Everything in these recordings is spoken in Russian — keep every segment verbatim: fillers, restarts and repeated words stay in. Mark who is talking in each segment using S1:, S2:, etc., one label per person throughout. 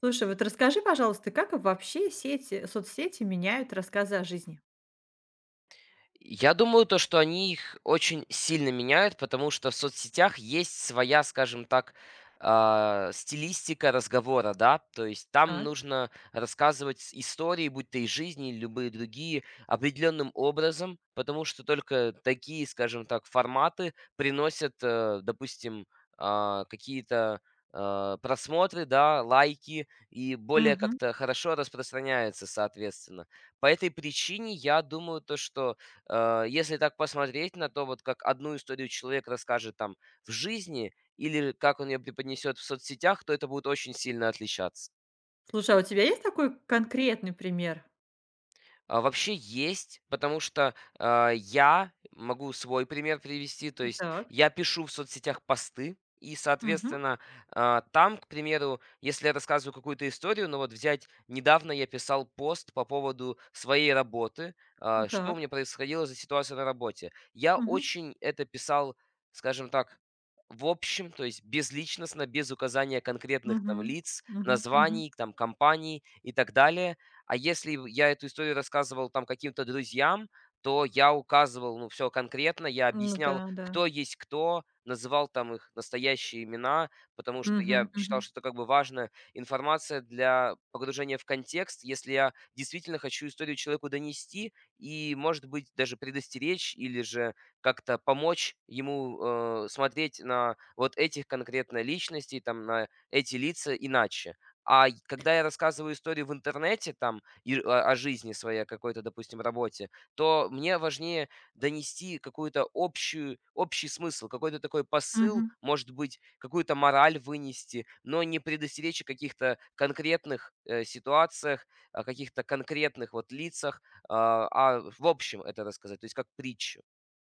S1: Слушай, вот расскажи, пожалуйста, как вообще сети, соцсети меняют рассказы о жизни?
S2: Я думаю, то, что они их очень сильно меняют, потому что в соцсетях есть своя, скажем так, а, стилистика разговора, да, то есть там
S1: Так.
S2: нужно рассказывать с- истории, будь то и жизни, или любые другие, определенным образом, потому что только такие, скажем так, форматы приносят, э, допустим, а, какие-то а, просмотры, да, лайки и более
S1: Мгм.
S2: как-то хорошо распространяется, соответственно. По этой причине я думаю то, что Э, если так посмотреть на то, вот как одну историю человек расскажет там в жизни или как он ее преподнесет в соцсетях, то это будет очень сильно отличаться.
S1: Слушай, а у тебя есть такой конкретный пример?
S2: А, вообще есть, потому что, а, я могу свой пример привести. То есть
S1: Так.
S2: я пишу в соцсетях посты и,
S1: Мгм.
S2: соответственно, а, там, к примеру, если я рассказываю какую-то историю, ну вот взять, недавно я писал пост по поводу своей работы, а, что у меня
S1: Так.
S2: происходило за ситуация на работе. Я
S1: Мгм.
S2: очень это писал, скажем так, в общем, то есть безличностно, без указания конкретных
S1: Мгм.
S2: там лиц,
S1: Мгм. Мгм.
S2: названий, там компаний и так далее. А если я эту историю рассказывал там каким-то друзьям, то я указывал, ну, все конкретно, я
S1: Ну да,
S2: объяснял,
S1: да.
S2: кто есть кто, называл там их настоящие имена, потому что я
S1: Мгм. Мгм.
S2: считал, что это как бы важная информация для погружения в контекст, если я действительно хочу историю человеку донести и, может быть, даже предостеречь или же как-то помочь ему, э, смотреть на вот этих конкретно личностей, там, на эти лица иначе. А й когда я рассказываю историю в интернете там и р- о о жизни своей, о какой-то, допустим, работе, то мне важнее донести какую-то общую общий смысл, какой-то такой посыл,
S1: Мгм.
S2: может быть, какую-то мораль вынести, но не предостеречь о каких-то конкретных, э, ситуациях, о каких-то конкретных вот лицах, а, а в общем это рассказать, то есть как притчу.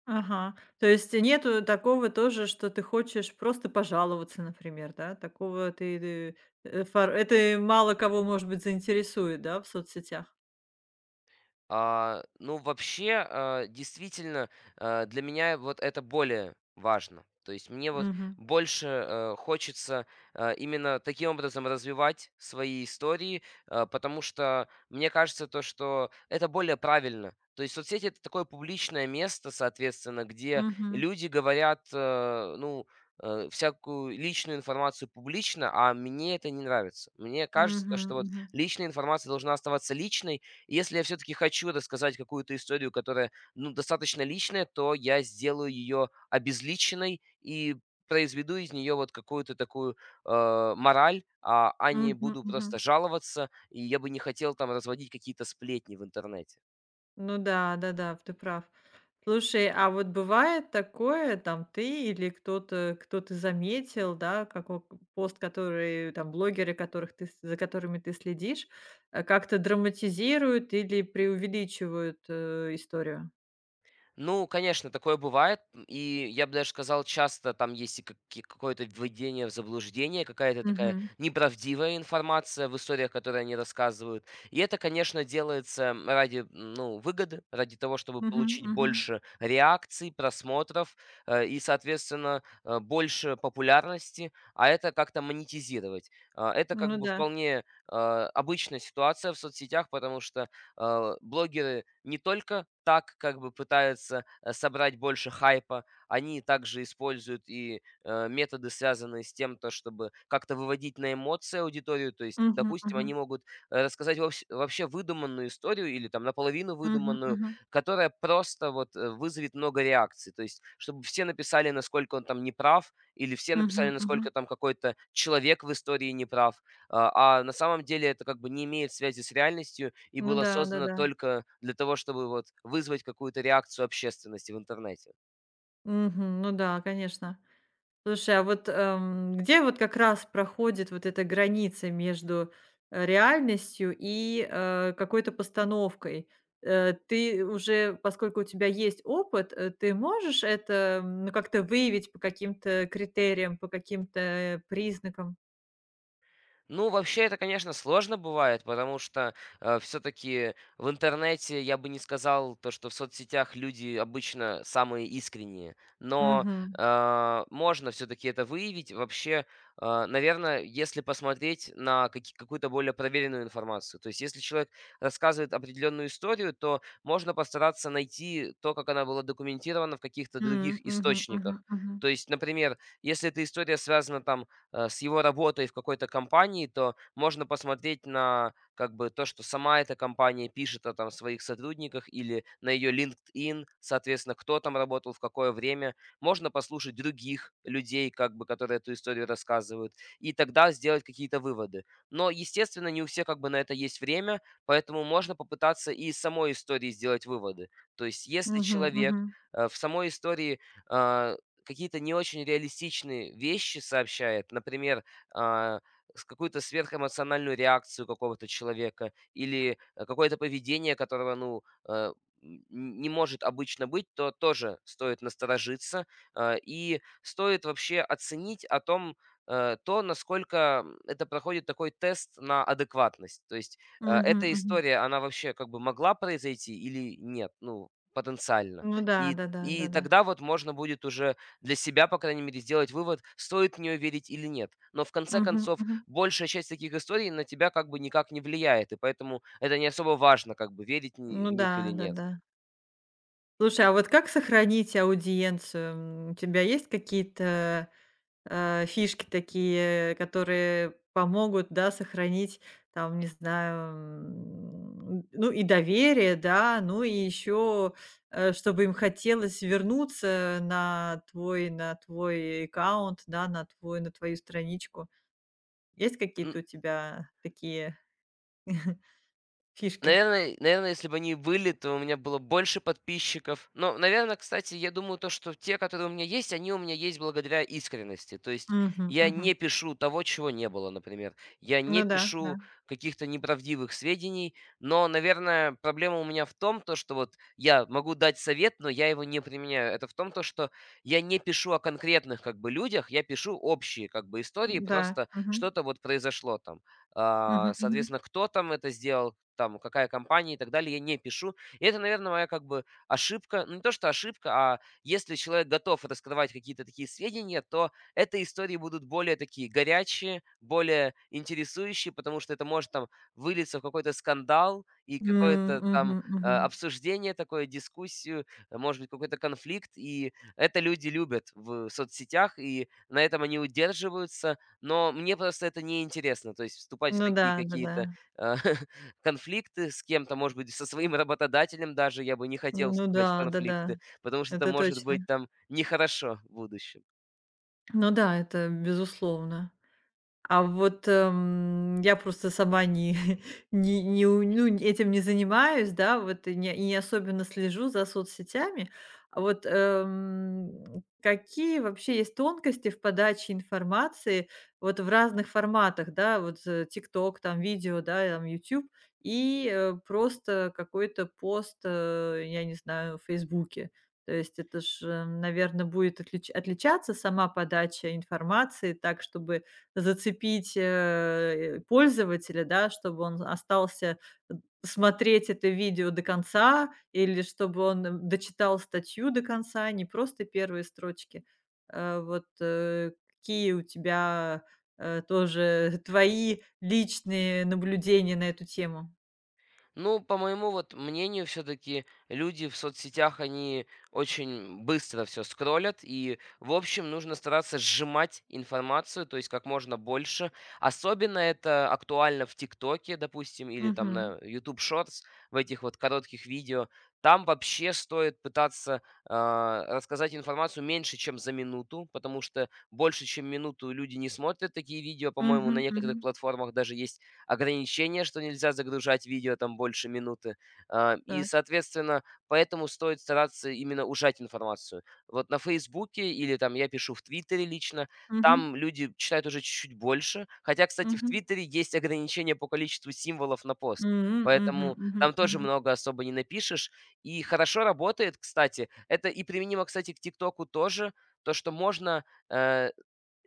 S1: Ага. То есть нету такого тоже, что ты хочешь просто пожаловаться, например, да? Такого ты, э, фор- это мало кого, может быть, заинтересует, да, в соцсетях.
S2: А, ну, вообще, а, действительно, а, для меня вот это более важно. То есть мне вот
S1: Мгм.
S2: больше э, хочется э, именно таким образом развивать свои истории, э, потому что мне кажется то, что это более правильно. То есть соцсети это такое публичное место, соответственно, где
S1: Мгм.
S2: люди говорят, э, ну, э, всякую личную информацию публично, а мне это не нравится. Мне кажется, то, что
S1: Мгм.
S2: вот
S1: Мгм.
S2: личная информация должна оставаться личной, если я все-таки хочу рассказать какую-то историю, которая, ну, достаточно личная, то я сделаю ее обезличенной и произведу из нее вот какую-то такую э, мораль, а, а не
S1: Мгм,
S2: буду просто
S1: мгм.
S2: жаловаться, и я бы не хотел там разводить какие-то сплетни в интернете.
S1: Ну да, да-да, ты прав. Слушай, а вот бывает такое, там ты или кто-то, кто ты заметил, да, како к пост, который там блогеры, которых ты с за которыми ты следишь, э, как-то драматизируют или преувеличивают, э, историю?
S2: Ну, конечно, такое бывает. И я бы даже сказал, часто там есть и каки- какое-то введение в заблуждение, какая-то такая
S1: Мгм.
S2: неправдивая информация в историях, которые они рассказывают. И это, конечно, делается ради ну, выгоды, ради того, чтобы
S1: Мгм,
S2: получить
S1: мгм.
S2: больше реакций, просмотров э, и, соответственно, э, больше популярности, а это как-то монетизировать. А, это как
S1: Ну
S2: бы
S1: да.
S2: вполне э, обычная ситуация в соцсетях, потому что а, блогеры не только так как бы пытаются э, собрать больше хайпа, они также используют и э, методы, связанные с тем, то, чтобы как-то выводить на эмоции аудиторию. То есть,
S1: Мгм,
S2: допустим, они
S1: мгм.
S2: могут э, рассказать вовс- вообще выдуманную историю или там наполовину
S1: Мгм,
S2: выдуманную,
S1: мгм.
S2: которая просто вот э, вызовет много реакций. То есть, чтобы все написали, насколько он там неправ, или все
S1: Мгм,
S2: написали,
S1: мгм.
S2: насколько там какой-то человек в истории неправ. А, а на самом деле это как бы не имеет связи с реальностью и
S1: Ну
S2: было
S1: да,
S2: создано
S1: да-да.
S2: только для того, чтобы вот вызвать какую-то реакцию общественности в интернете.
S1: Мгм. Ну да, конечно. Слушай, а вот, эм, где вот как раз проходит вот эта граница между, э, реальностью и, э, какой-то постановкой? Э, ты уже, поскольку у тебя есть опыт, э, ты можешь это, м, ну, как-то выявить по каким-то критериям, по каким-то, э, признакам?
S2: Ну, вообще, это, конечно, сложно бывает, потому что все-таки в интернете я бы не сказал то, что в соцсетях люди обычно самые искренние, но
S1: Мгм.
S2: э, можно все-таки это выявить. Вообще, наверное, если посмотреть на каки- какую-то более проверенную информацию, то есть если человек рассказывает определенную историю, то можно постараться найти то, как она была документирована в каких-то
S1: М,
S2: других
S1: мгм, мгм,
S2: источниках.
S1: мгм.
S2: То есть, например, если эта история связана там э, с его работой в какой-то компании, то можно посмотреть на как бы то, что сама эта компания пишет о там своих сотрудниках или на ее LinkedIn, соответственно, кто там работал, в какое время. Можно послушать других людей, как бы, которые эту историю рассказывают, и тогда сделать какие-то выводы. Но, естественно, не у всех как бы на это есть время, поэтому можно попытаться и из самой истории сделать выводы. То есть, если
S1: Мгм,
S2: человек
S1: мгм.
S2: э, в самой истории а, какие-то не очень реалистичные вещи сообщает, например, а, с какую-то сверхэмоциональную реакцию какого-то человека или э, какое-то поведение, которого, ну, э, н- не может обычно быть, то тоже стоит насторожиться. а, И стоит вообще оценить о том, э, то, насколько м, это проходит такой тест на адекватность. То есть э,
S1: Мгм,
S2: эта
S1: мгм.
S2: история, она вообще как бы могла произойти или нет, ну, потенциально.
S1: Ну да,
S2: И,
S1: да-да,
S2: и
S1: да-да.
S2: тогда вот можно будет уже для себя, по крайней мере, сделать вывод, стоит в нее верить или нет. Но в конце
S1: Мгм,
S2: концов,
S1: мгм.
S2: большая часть таких историй на тебя как бы никак не влияет, и поэтому это не особо важно, как бы верить ни- в
S1: Ну
S2: них или
S1: да,
S2: нет.
S1: да-да. Слушай, а вот как сохранить аудиенцию? М, У тебя есть какие-то э, фишки такие, которые помогут, да, сохранить, там, не знаю, м, ну и доверие, да, ну и еще, чтобы им хотелось вернуться на твой, на твой аккаунт, да, на твой, на твою страничку. Есть какие-то у тебя такие фишки?
S2: Наверное наверное, если бы они были, то у меня было больше подписчиков. Но, наверное, кстати, я думаю, то, что те, которые у меня есть, они у меня есть благодаря искренности. То есть
S1: Мгм,
S2: я не
S1: мгм.
S2: пишу того, чего не было, например. Я не
S1: Ну да, да,
S2: пишу каких-то неправдивых сведений. Но, наверное, проблема у меня в том, то, что вот я могу дать совет, но я его не применяю. Это в том, то, что я не пишу о конкретных как бы людях, я пишу общие как бы истории,
S1: да.
S2: просто
S1: Мгм,
S2: что-то вот произошло там. А,
S1: мгм, мгм.
S2: соответственно, кто там это сделал, там, какая компания и так далее, я не пишу. И это, наверное, моя как бы ошибка. Ну, не то, что ошибка, а если человек готов раскрывать какие-то такие сведения, то эти истории будут более такие горячие, более интересующие, потому что это может там вылиться в какой-то скандал и
S1: М,
S2: какое-то там
S1: мгм,
S2: э,
S1: мгм.
S2: обсуждение такое, дискуссию, э, может быть, какой-то конфликт. И это люди любят в соцсетях, и на этом они удерживаются но мне просто это неинтересно. То есть вступать в
S1: Ну да,
S2: такие
S1: да-да.
S2: какие-то а, конфликты с кем-то, может быть, со своим работодателем даже я бы не хотел
S1: Ну
S2: вступать в
S1: да,
S2: конфликты,
S1: да-да.
S2: потому что это
S1: Это
S2: может
S1: точно.
S2: быть там нехорошо в будущем.
S1: Ну да, это безусловно. А вот, эм, я просто сама не не не у ну, н- этим не занимаюсь, да, вот, и не и не особенно слежу за соцсетями. А вот, эм, какие вообще есть тонкости в подаче информации вот в разных форматах, да, вот, э, "Тикток", там видео, да, там YouTube и, э, просто какой-то пост, э, я не знаю, в "Фейсбуке". То есть это же, наверное, будет отлич отличаться сама подача информации так, чтобы зацепить, э, пользователя, да, чтобы он остался э, смотреть это видео до конца или чтобы он, эм, дочитал статью до конца, не просто первые строчки. Э, вот, э, какие у тебя, э, тоже твои личные наблюдения на эту тему?
S2: Ну, по моему вот мнению, все-таки люди в соцсетях, они очень быстро все скроллят, и, в общем, нужно стараться сжимать информацию, то есть как можно больше. Особенно это актуально в ТикТоке, допустим, или там
S1: Мгм.
S2: на YouTube Shorts, в этих вот коротких видео. Там вообще стоит пытаться а, рассказать информацию меньше, чем за минуту, потому что больше, чем минуту люди не смотрят такие видео, по-моему, на
S1: Мгм,
S2: некоторых
S1: мгм.
S2: платформах даже есть ограничение, что нельзя загружать видео там больше минуты. А, и,
S1: Так.
S2: соответственно, поэтому стоит стараться именно ужать информацию. Вот на Фейсбуке или там я пишу в Твиттере лично,
S1: Мгм,
S2: там люди читают уже чуть-чуть больше. Хотя, кстати, в
S1: мгм.
S2: Твиттере есть ограничение по количеству символов на пост.
S1: М, мгм,
S2: Поэтому
S1: мгм,
S2: там тоже
S1: мгм.
S2: много особо не напишешь. И хорошо работает, кстати. Это и применимо, кстати, к ТикТоку тоже. То, что можно э,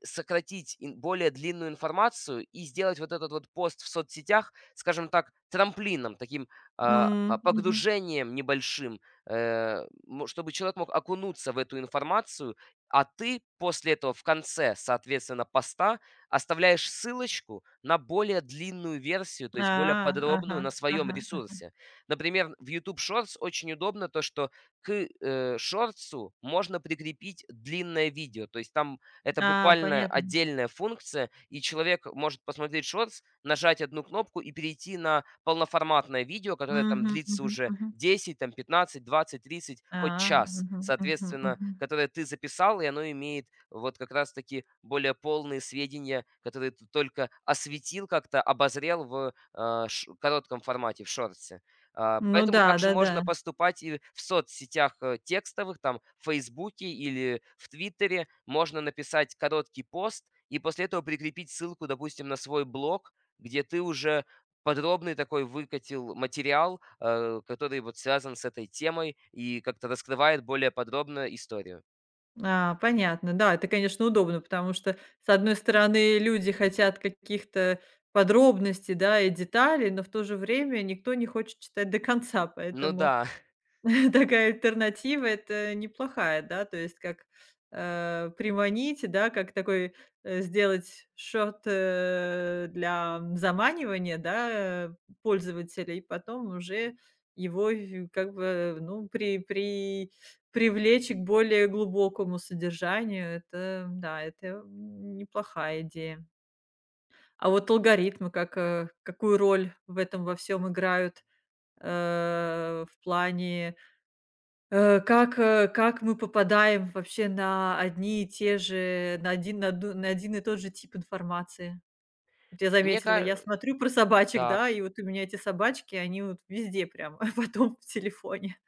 S2: сократить ин- более длинную информацию и сделать вот этот вот пост в соцсетях, скажем так, трамплином, таким а, а,
S1: М, мгм.
S2: погружением небольшим, э, мо- чтобы человек мог окунуться в эту информацию, а ты после этого в конце, соответственно, поста оставляешь ссылочку на более длинную версию, то
S1: А,
S2: есть более
S1: ага,
S2: подробную на своем
S1: ага, ага.
S2: ресурсе. Например, в YouTube Shorts очень удобно то, что к э, шортсу можно прикрепить длинное видео, то есть там это
S1: А,
S2: буквально
S1: понятно.
S2: отдельная функция, и человек может посмотреть шортс, нажать одну кнопку и перейти на полноформатное видео, которое там
S1: Мгм,
S2: длится
S1: мгм,
S2: уже
S1: мгм.
S2: десять, там пятнадцать, двадцать, тридцать,
S1: А,
S2: хоть час,
S1: мгм, мгм,
S2: соответственно,
S1: мгм.
S2: которое ты записал, и оно имеет вот как раз-таки более полные сведения, которые ты только осветил как-то, обозрел в э, ш- коротком формате, в шортсе. А,
S1: Ну
S2: поэтому
S1: да,
S2: также можно
S1: да-да.
S2: поступать и в соцсетях, э, текстовых, там, в "Фейсбуке" или в "Твиттере". Можно написать короткий пост и после этого прикрепить ссылку, допустим, на свой блог, где ты уже подробный такой выкатил материал, э, который вот связан с этой темой и как-то раскрывает более подробно историю.
S1: А, понятно. Да, это, конечно, удобно, потому что, с одной стороны, люди хотят каких-то подробностей, да, и деталей, но в то же время никто не хочет читать до конца,
S2: Ну
S1: поэтому
S2: да,
S1: такая альтернатива- это неплохая, да, то есть как, э, приманить, да, как такой, э, сделать шорт, э, для заманивания, да, э, пользователя, и потом уже его и как бы, ну, при при привлечь к более глубокому содержанию. Это, да, это, м, неплохая идея. А вот алгоритмы как, э, какую роль в этом во всем играют, э, в плане. Э, как, э, как мы попадаем вообще на одни и те же, на один, на, ду- на один и тот же тип информации. Вот я
S2: мне
S1: заметила, я
S2: кажется.
S1: смотрю про собачек, да, и вот у меня эти собачки, они вот везде прям, потом в телефоне.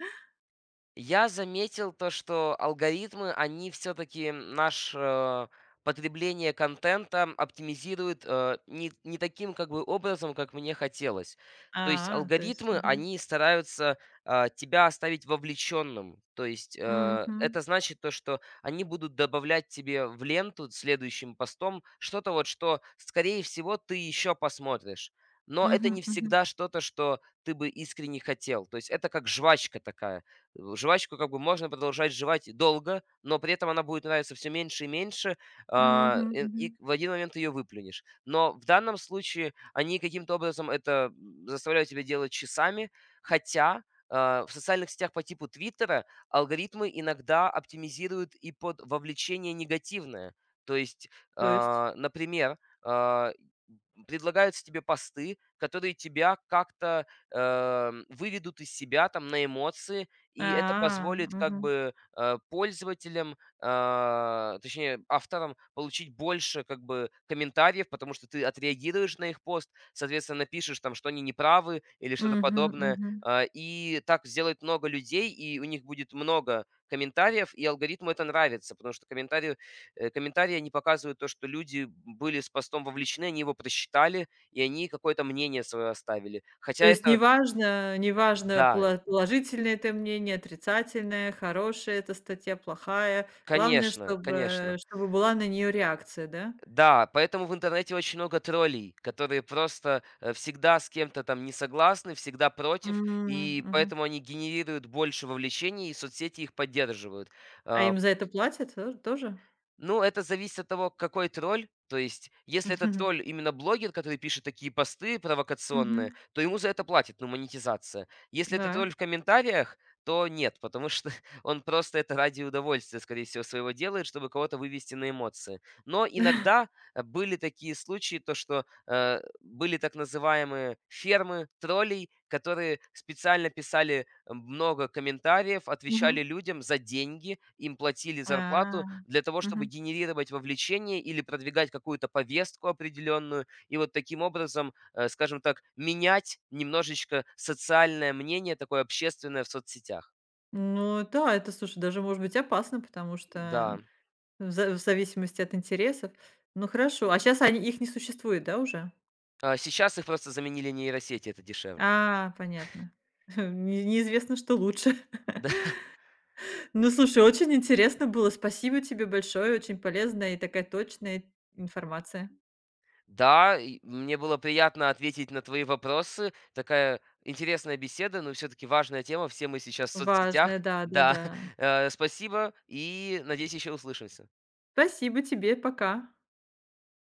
S2: Я заметил то, что алгоритмы, они все-таки наше потребление контента оптимизируют э, не, не таким как бы образом, как мне хотелось. То есть
S1: А, то есть,
S2: алгоритмы,
S1: ага.
S2: они стараются а, тебя оставить вовлеченным. То есть э,
S1: Мгм.
S2: это значит то, что они будут добавлять тебе в ленту следующим постом что-то вот, что, скорее всего, ты еще посмотришь. Но это не
S1: Мгм, мгм.
S2: всегда что-то, что ты бы искренне хотел. То есть это как жвачка такая в жвачку как бы можно продолжать жевать долго, но при этом она будет нравиться все меньше и меньше, а,
S1: Мгм,
S2: э,
S1: мгм.
S2: и в один момент ее выплюнешь. Но в данном случае они каким-то образом это, заставляют тебя делать часами, хотя, а, в социальных сетях по типу "Твиттера" алгоритмы иногда оптимизируют и под вовлечение негативное. То есть,
S1: То есть,
S2: а, например, а, предлагаются тебе посты, которые тебя как-то, эм, выведут из себя там на эмоции и это
S1: а,
S2: позволит как
S1: мгм.
S2: бы, э, пользователям, а, точнее, авторам получить больше как бы комментариев, потому что ты отреагируешь на их пост, соответственно, напишешь там, что они неправы или что-то
S1: Мгм,
S2: подобное.
S1: мгм.
S2: А, и так сделает много людей, и у них будет много комментариев, и алгоритму это нравится, потому что комментарии, э, комментарии, они показывают то, что люди были с постом вовлечены, они его прочитали, и они какое-то мнение свое оставили. Хотя
S1: То есть
S2: это
S1: неважно неважно,
S2: да,
S1: поло положительное это мнение, отрицательное, хорошая эта статья, плохая. Главное,
S2: конечно,
S1: чтобы
S2: конечно.
S1: чтобы была на нее реакция, да?
S2: Да, поэтому в интернете очень много троллей, которые просто, э, всегда с кем-то там не согласны, всегда против,
S1: М,
S2: и
S1: мгм.
S2: поэтому они генерируют больше вовлечений, и соцсети их поддерживают.
S1: А
S2: А
S1: им за это платят, то тоже?
S2: ну, это зависит от того, какой тролль. То есть, если это тролль, именно блогер, который пишет такие посты провокационные,
S1: Мгм.
S2: то ему за это платят, ну, монетизация. Если это
S1: Да.
S2: тролль в комментариях, то нет, потому что он просто это ради удовольствия, скорее всего, своего делает, чтобы кого-то вывести на эмоции. Но иногда э, были такие случаи, то что э, были так называемые фермы троллей, которые специально писали много комментариев, отвечали
S1: Мгм.
S2: людям за деньги, им платили
S1: А.
S2: зарплату для того, чтобы
S1: Мгм.
S2: генерировать вовлечение или продвигать какую-то повестку определенную, и вот таким образом, э, скажем так, менять немножечко социальное мнение, такое общественное в соцсетях.
S1: Ну да, это, слушай, даже может быть опасно, потому что
S2: Да.
S1: в за в зависимости от интересов. Ну хорошо, а сейчас они их не существует, да, уже?
S2: А, сейчас их просто заменили нейросети, это дешевле.
S1: А, понятно. Не неизвестно, что лучше. Ну, слушай, очень интересно было. Спасибо тебе большое. Очень полезная и такая точная информация.
S2: Да, и мне было приятно ответить на твои вопросы. Такая интересная беседа, но все-таки важная тема. Все мы сейчас в
S1: Важная,
S2: соцсетях. Да,
S1: да-да-да.
S2: э, спасибо и надеюсь, еще услышимся.
S1: Спасибо тебе. Пока.